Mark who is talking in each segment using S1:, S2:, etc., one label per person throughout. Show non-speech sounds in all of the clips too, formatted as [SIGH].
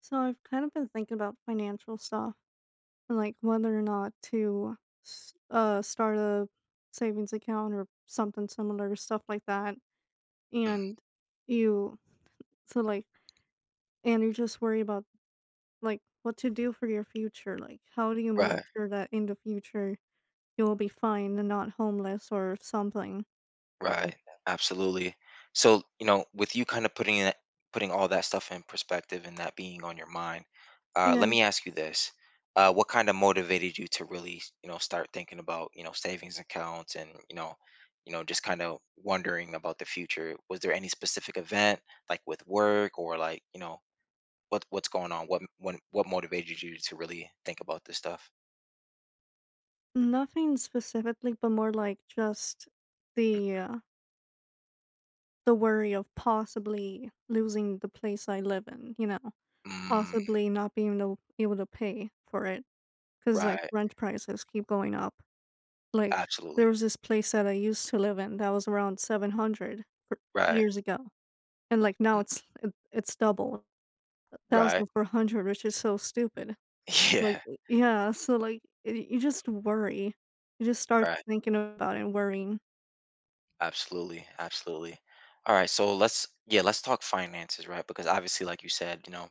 S1: So I've kind of been thinking about financial stuff and like whether or not to start a savings account or something similar, stuff like that.
S2: Mm,
S1: And you so like and you just worry about like what to do for your future. Like how do you make
S2: right,
S1: sure that in the future you will be fine and not homeless or something?
S2: right. Absolutely. So, with you kind of putting all that stuff in perspective, and that being on your mind, let
S1: Yeah,
S2: me ask you this. What kind of motivated you to really, start thinking about, savings accounts and, just kind of wondering about the future. Was there any specific event like with work, or like, what's going on? What motivated you to really think about this stuff?
S1: nothing specifically, but more like just
S2: Mm,
S1: the uh, the worry of possibly losing the place I live in, you know,
S2: mm,
S1: possibly not being able to pay for it because like
S2: right.
S1: rent prices keep going up. Like there
S2: Absolutely.
S1: was this place that I used to live in that was around 700 for
S2: Right.
S1: years ago, and like now
S2: Mm,
S1: it's double
S2: right.
S1: 1,400, which is so stupid.
S2: [LAUGHS]
S1: Like
S2: Yeah,
S1: yeah, so like y you just worry, you just start
S2: right.
S1: thinking about it and worrying.
S2: Absolutely, absolutely. All right, so let's yeah, let's talk finances, right? Because obviously, like you said,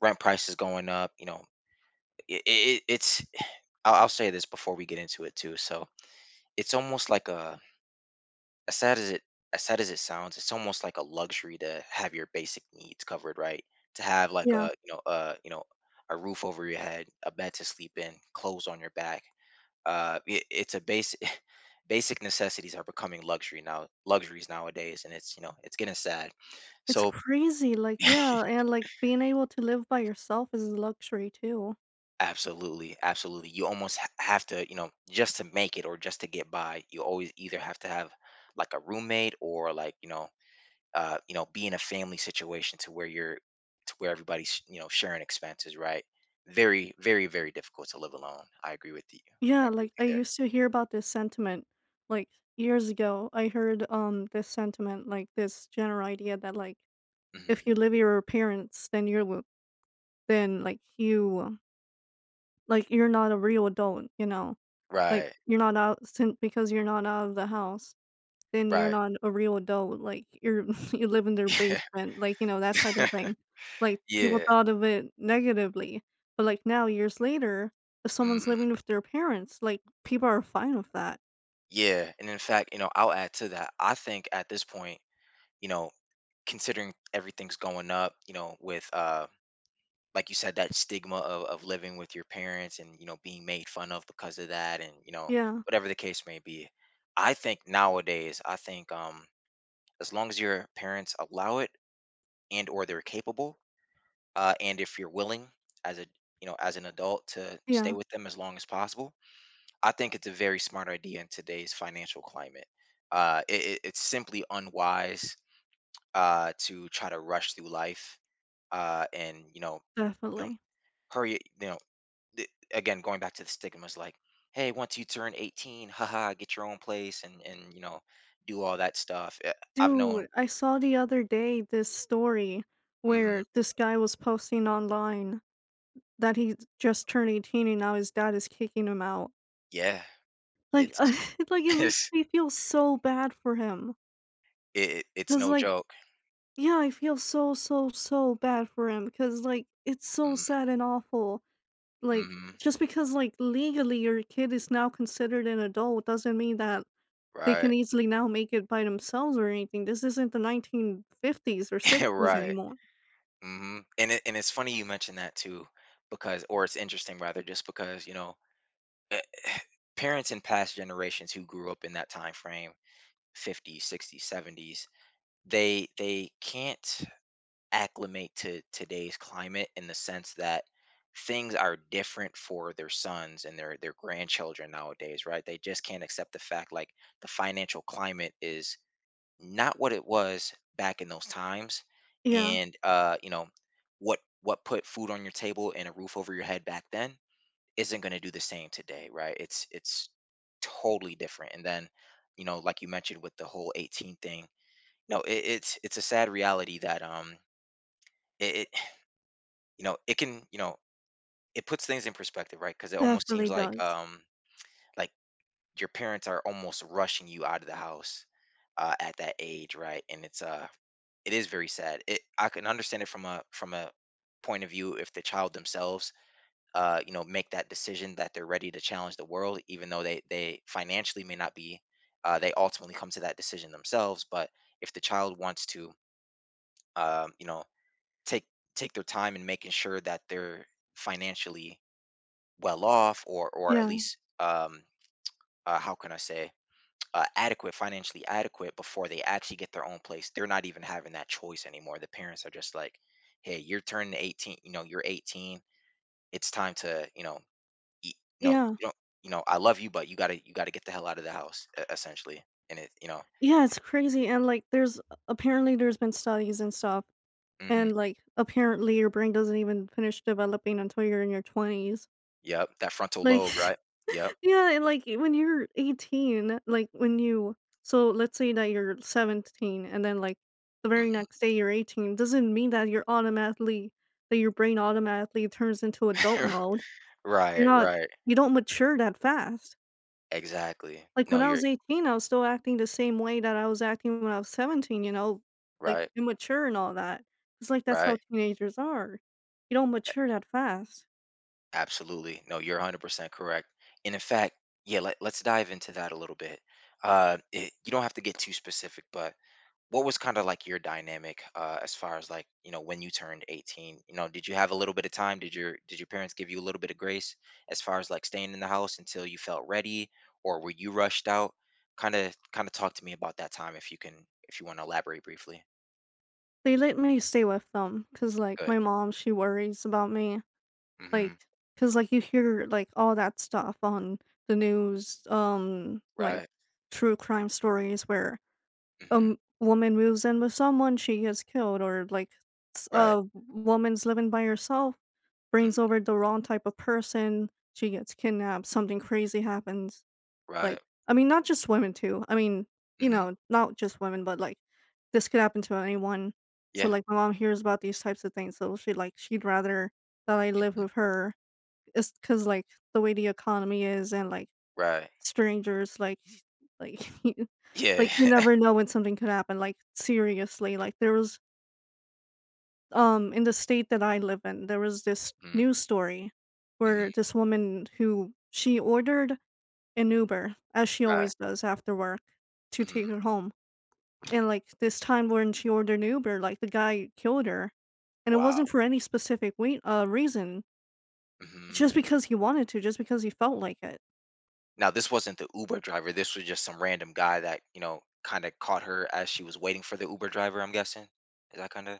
S2: rent prices going up. It's. [SIGHS] I'll say this before we get into it too. So it's almost like a, as sad as it as sad as it sounds, it's almost like a luxury to have your basic needs covered, right? To have like
S1: Yeah.
S2: a you know a roof over your head, a bed to sleep in, clothes on your back. It's a basic. [LAUGHS] Basic necessities are becoming luxury now, luxuries nowadays, and it's, it's getting sad,
S1: It's
S2: so.
S1: crazy, like, yeah,
S2: [LAUGHS]
S1: and, like, being able to live by yourself is a luxury too.
S2: Absolutely, absolutely, you almost have to, just to make it, or just to get by, you always either have to have like a roommate, or like, be in a family situation, to where everybody's, sharing expenses, right? Very, very, very difficult to live alone. I agree with you, I
S1: Yeah,
S2: agree with
S1: like,
S2: you
S1: I
S2: there.
S1: used to hear about this sentiment, like, years ago, I heard, this sentiment, like, this general idea that, like, if you
S2: Hmm,
S1: live with your parents, then you're w then, like, you like, you're not a real adult, you know? Like,
S2: right,
S1: you're not out since because you're not out of the house. Then you're
S2: right.
S1: not a real adult, like, you're [LAUGHS] you live in their
S2: [LAUGHS] Yeah,
S1: basement, like, you know, that type of thing. Like, people
S2: yeah.
S1: thought of it negatively, but, like, now years later, if someone's living with their parents, like, people are fine with that.
S2: Yeah, and in fact, I'll add to that. I think at this point, you know, considering everything's going up, with like you said, that stigma of living with your parents, and, being made fun of because of that, and,
S1: Yeah,
S2: whatever the case may be. I think nowadays, I think as long as your parents allow it, and or they're capable, and if you're willing as a as an adult to stay
S1: yeah,
S2: with them as long as possible, I think it's a very smart idea in today's financial climate. It's simply unwise, to try to rush through life, and, you know,
S1: definitely.
S2: hurry. You know, Again, going back to the stigmas, like, hey, once you turn 18, haha, get your own place, and do all that stuff. I've known,
S1: Dude, I saw the other day this story
S2: mhm,
S1: where this guy was posting online that he just turned 18 and now his dad is kicking him out.
S2: yeah,
S1: Like,
S2: it's
S1: [LAUGHS] like, it
S2: [LAUGHS]
S1: makes
S2: it's
S1: me feel so bad for him,
S2: it's
S1: cause
S2: no
S1: like
S2: joke.
S1: yeah, I feel so, so, so bad for him because, like, it's so
S2: Mm-hmm,
S1: sad and awful. Like,
S2: mm-hmm,
S1: just because, like, legally your kid is now considered an adult doesn't mean that they
S2: right,
S1: can easily now make it by themselves or anything. This isn't the 1950s or
S2: [LAUGHS]
S1: 60s
S2: right.
S1: anymore.
S2: Hmm. And it's funny you mentioned that too, because, or it's interesting rather, just because, eh, eh, parents in past generations who grew up in that time frame, 50s, 60s, 70s, they can't acclimate to today's climate, in the sense that things are different for their sons and their grandchildren nowadays, right? They just can't accept the fact, like, the financial climate is not what it was back in those times,
S1: Yeah,
S2: and what put food on your table and a roof over your head back then isn't going to do the same today, right? It's totally different. And then, like you mentioned with the whole 18 thing, no, it's a sad reality that it, it [SIGHS] it can, it puts things in perspective, right? Because it almost seems
S1: definitely
S2: like,
S1: does.
S2: like your parents are almost rushing you out of the house, at that age, right? and it's It is very sad. It I can understand it from a point of view, if the child themselves, make that decision that they're ready to challenge the world, even though they financially may not be. They ultimately come to that decision themselves. But if the child wants to, um, you know, take take their time in making sure that they're financially well off, or at
S1: Yeah,
S2: least, how can I say, adequate, financially adequate, before they actually get their own place. They're not even having that choice anymore. The parents are just like, "Hey, you're turning 18. You know, you're 18. It's time to, eat. You
S1: yeah,
S2: you don't. I love you, but you gotta get the hell out of the house, essentially." And it,
S1: yeah, it's crazy. And, like, there's apparently there's been studies and stuff.
S2: mm-hmm,
S1: And, like, apparently your brain doesn't even finish developing until you're in your 20s.
S2: yep, that frontal
S1: Like,
S2: lobe, right? Yep,
S1: yeah, and, like, when you're 18, like, when you so let's say that you're 17 and then, like, the very
S2: mhm.
S1: next day you're 18, doesn't mean that you're automatically that your brain automatically turns into adult
S2: [LAUGHS]
S1: mode. You're
S2: Right,
S1: not
S2: right,
S1: you don't mature that fast.
S2: exactly.
S1: Like,
S2: No,
S1: when I
S2: you're
S1: was 18, I was still acting the same way that I was acting when I was 17, you know, like,
S2: right,
S1: immature and all that. It's like that's
S2: right.
S1: how teenagers are. You don't mature that fast.
S2: Absolutely. No, you're 100% correct. And in fact, yeah, let's dive into that a little bit. You don't have to get too specific, but what was kind of like your dynamic, as far as like, when you turned 18? You know, did you have a little bit of time? Did your parents give you a little bit of grace, as far as like staying in the house until you felt ready, or were you rushed out? Kind of talk to me about that time if you can, if you want to elaborate briefly.
S1: They let me stay with them because like,
S2: Good.
S1: my mom, she worries about me.
S2: Mm-hmm.
S1: Like, cause like, you hear, like, all that stuff on the news, like,
S2: Right.
S1: true crime stories where a
S2: Mm-hmm.
S1: m woman moves in with someone, she gets killed, or, like, s
S2: Right.
S1: a woman's living by herself, brings
S2: Mm-hmm.
S1: over the wrong type of person, she gets kidnapped, something crazy happens.
S2: Right.
S1: Like, I mean, not just women too. I mean, you
S2: Mm-hmm.
S1: know, not just women, but, like, this could happen to anyone. So,
S2: Yeah.
S1: like, my mom hears about these types of things, so she, like, she'd rather that I live
S2: Mm-hmm.
S1: with her. It's because like the way the economy is and like
S2: Right.
S1: strangers like, [LAUGHS] you
S2: Yeah.
S1: like you
S2: [LAUGHS]
S1: never know when something could happen, like seriously. Like there was, in the state that I live in, there was this
S2: Mm,
S1: news story
S2: mhm,
S1: where this woman, who she ordered an Uber, as she
S2: right,
S1: always does after work, to
S2: mhm,
S1: take her home. And like this time when she ordered an Uber, like, the guy killed her. And it
S2: wow,
S1: wasn't for any specific reason,
S2: mhm.
S1: just because he wanted to, just because he felt like it.
S2: Now this wasn't the Uber driver, this was just some random guy that, kinda caught her as she was waiting for the Uber driver, I'm guessing? Is that kinda.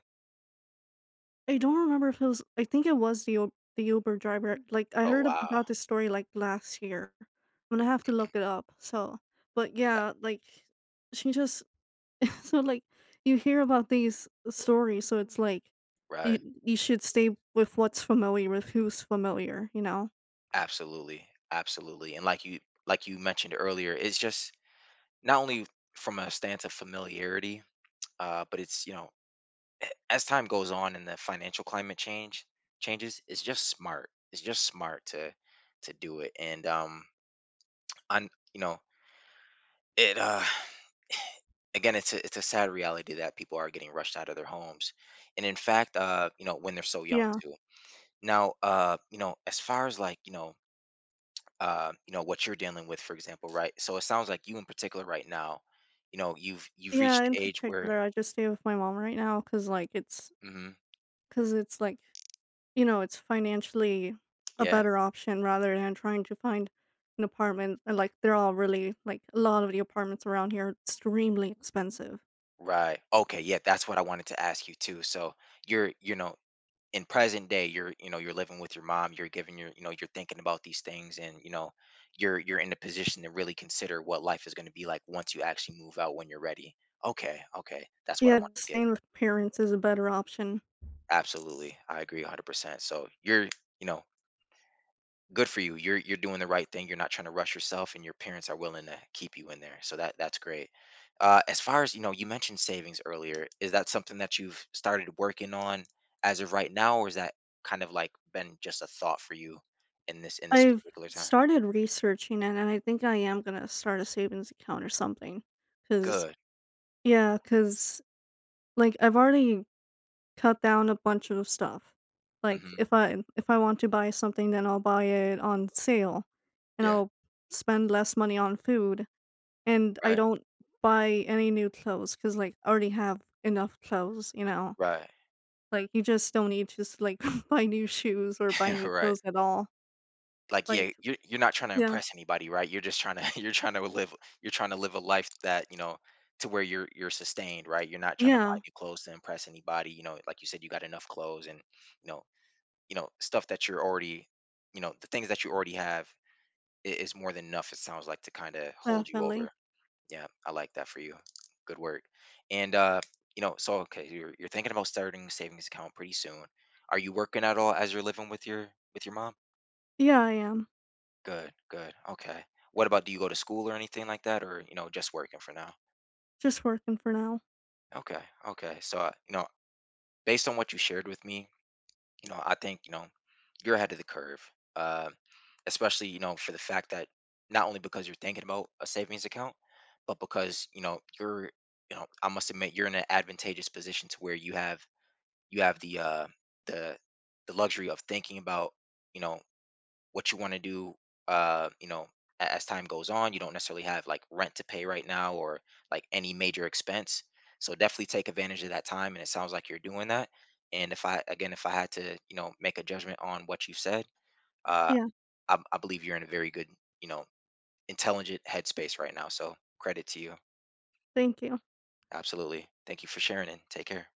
S1: I don't remember if it was, I think it was the Uber driver. Like, I
S2: Oh,
S1: heard ab
S2: wow.
S1: about this story, like, last year. I'm gonna have to
S2: Mhm,
S1: look it up. So but yeah, like, she just [LAUGHS] so, like, you hear about these stories, so it's like,
S2: right.
S1: you should stay with what's familiar, with who's familiar, you know?
S2: Absolutely, absolutely, and like you mentioned earlier, it's just, not only from a stance of familiarity, but it's, you know, a as time goes on, and the financial climate change changes, it's just smart. It's just smart to do it, and, I'm you know, it, again, it's a sad reality that people are getting rushed out of their homes, and in fact, when they're so young
S1: Yeah.
S2: too. Now, as far as like, what you're dealing with, for example, right? So it sounds like you in particular right now, you've
S1: Yeah,
S2: reached
S1: in
S2: the age where,
S1: particular, I just stay with my mom right now because like, it's
S2: hmm,
S1: because it's, like, you know, it's financially a
S2: yeah,
S1: better option rather than trying to find an apartment. And, like, they're all really like, a lot of the apartments around here are extremely expensive.
S2: right, okay, yeah, that's what I wanted to ask you too. So you're, in present day, you're, you're living with your mom, you're giving your, you're thinking about these things, and, you're in a position to really consider what life is going to be like once you actually move out, when you're ready. Okay, okay, that's what I
S1: Yeah,
S2: want to get.
S1: staying with parents is a better option.
S2: Absolutely, I agree 100%. So you're, you know good for you. You're doing the right thing. You're not trying to rush yourself, and your parents are willing to keep you in there. So that's great. As far as you know, you mentioned savings earlier. Is that something that you've started working on as of right now, or is that kind of like been just a thought for you in this
S1: I've
S2: particular time?
S1: started researching it, and I think I am gonna start a savings account or something. Cause
S2: Good.
S1: yeah, cause like, I've already cut down a bunch of stuff. Like,
S2: Hmm.
S1: if I want to buy something, then I'll buy it on sale, and
S2: Yeah.
S1: I'll spend less money on food. And I
S2: Right.
S1: don't buy any new clothes because, like, I already have enough clothes, you know?
S2: Right.
S1: Like, you just don't need to s like, [LAUGHS] buy new shoes or buy
S2: [LAUGHS]
S1: new
S2: Right.
S1: clothes at all.
S2: Like,
S1: Like
S2: yeah, you're not trying to
S1: yeah.
S2: impress anybody, right? You're just trying to [LAUGHS] you're trying to live a life that, you know, to where you're sustained, right? You're not trying to buy
S1: Yeah,
S2: new clothes to impress anybody. You know, like you said, you got enough clothes, and, you know, stuff that you're already, the things that you already have is more than enough, it sounds like, to kind of hold you
S1: definitely.
S2: over. Yeah, I like that for you. Good work. And, so okay, you're thinking about starting a savings account pretty soon. Are you working at all as you're living with your, with your mom?
S1: Yeah, I am.
S2: Good, good. Okay. What about, do you go to school or anything like that, or, just working for now?
S1: Just working for now.
S2: Okay, okay. So, based on what you shared with me, I think you're ahead of the curve, uh, especially for the fact that not only because you're thinking about a savings account, but because you're, I must admit you're in an advantageous position to where you have the, the the luxury of thinking about, you know what you want to do, uh you know as time goes on. You don't necessarily have like rent to pay right now, or like any major expense, so definitely take advantage of that time, and it sounds like you're doing that. And if I, again, if I had to, make a judgment on what you've said, uh
S1: Yeah,
S2: I believe you're in a very good, you know intelligent headspace right now, so credit to you.
S1: thank you.
S2: Absolutely, thank you for sharing, and take care.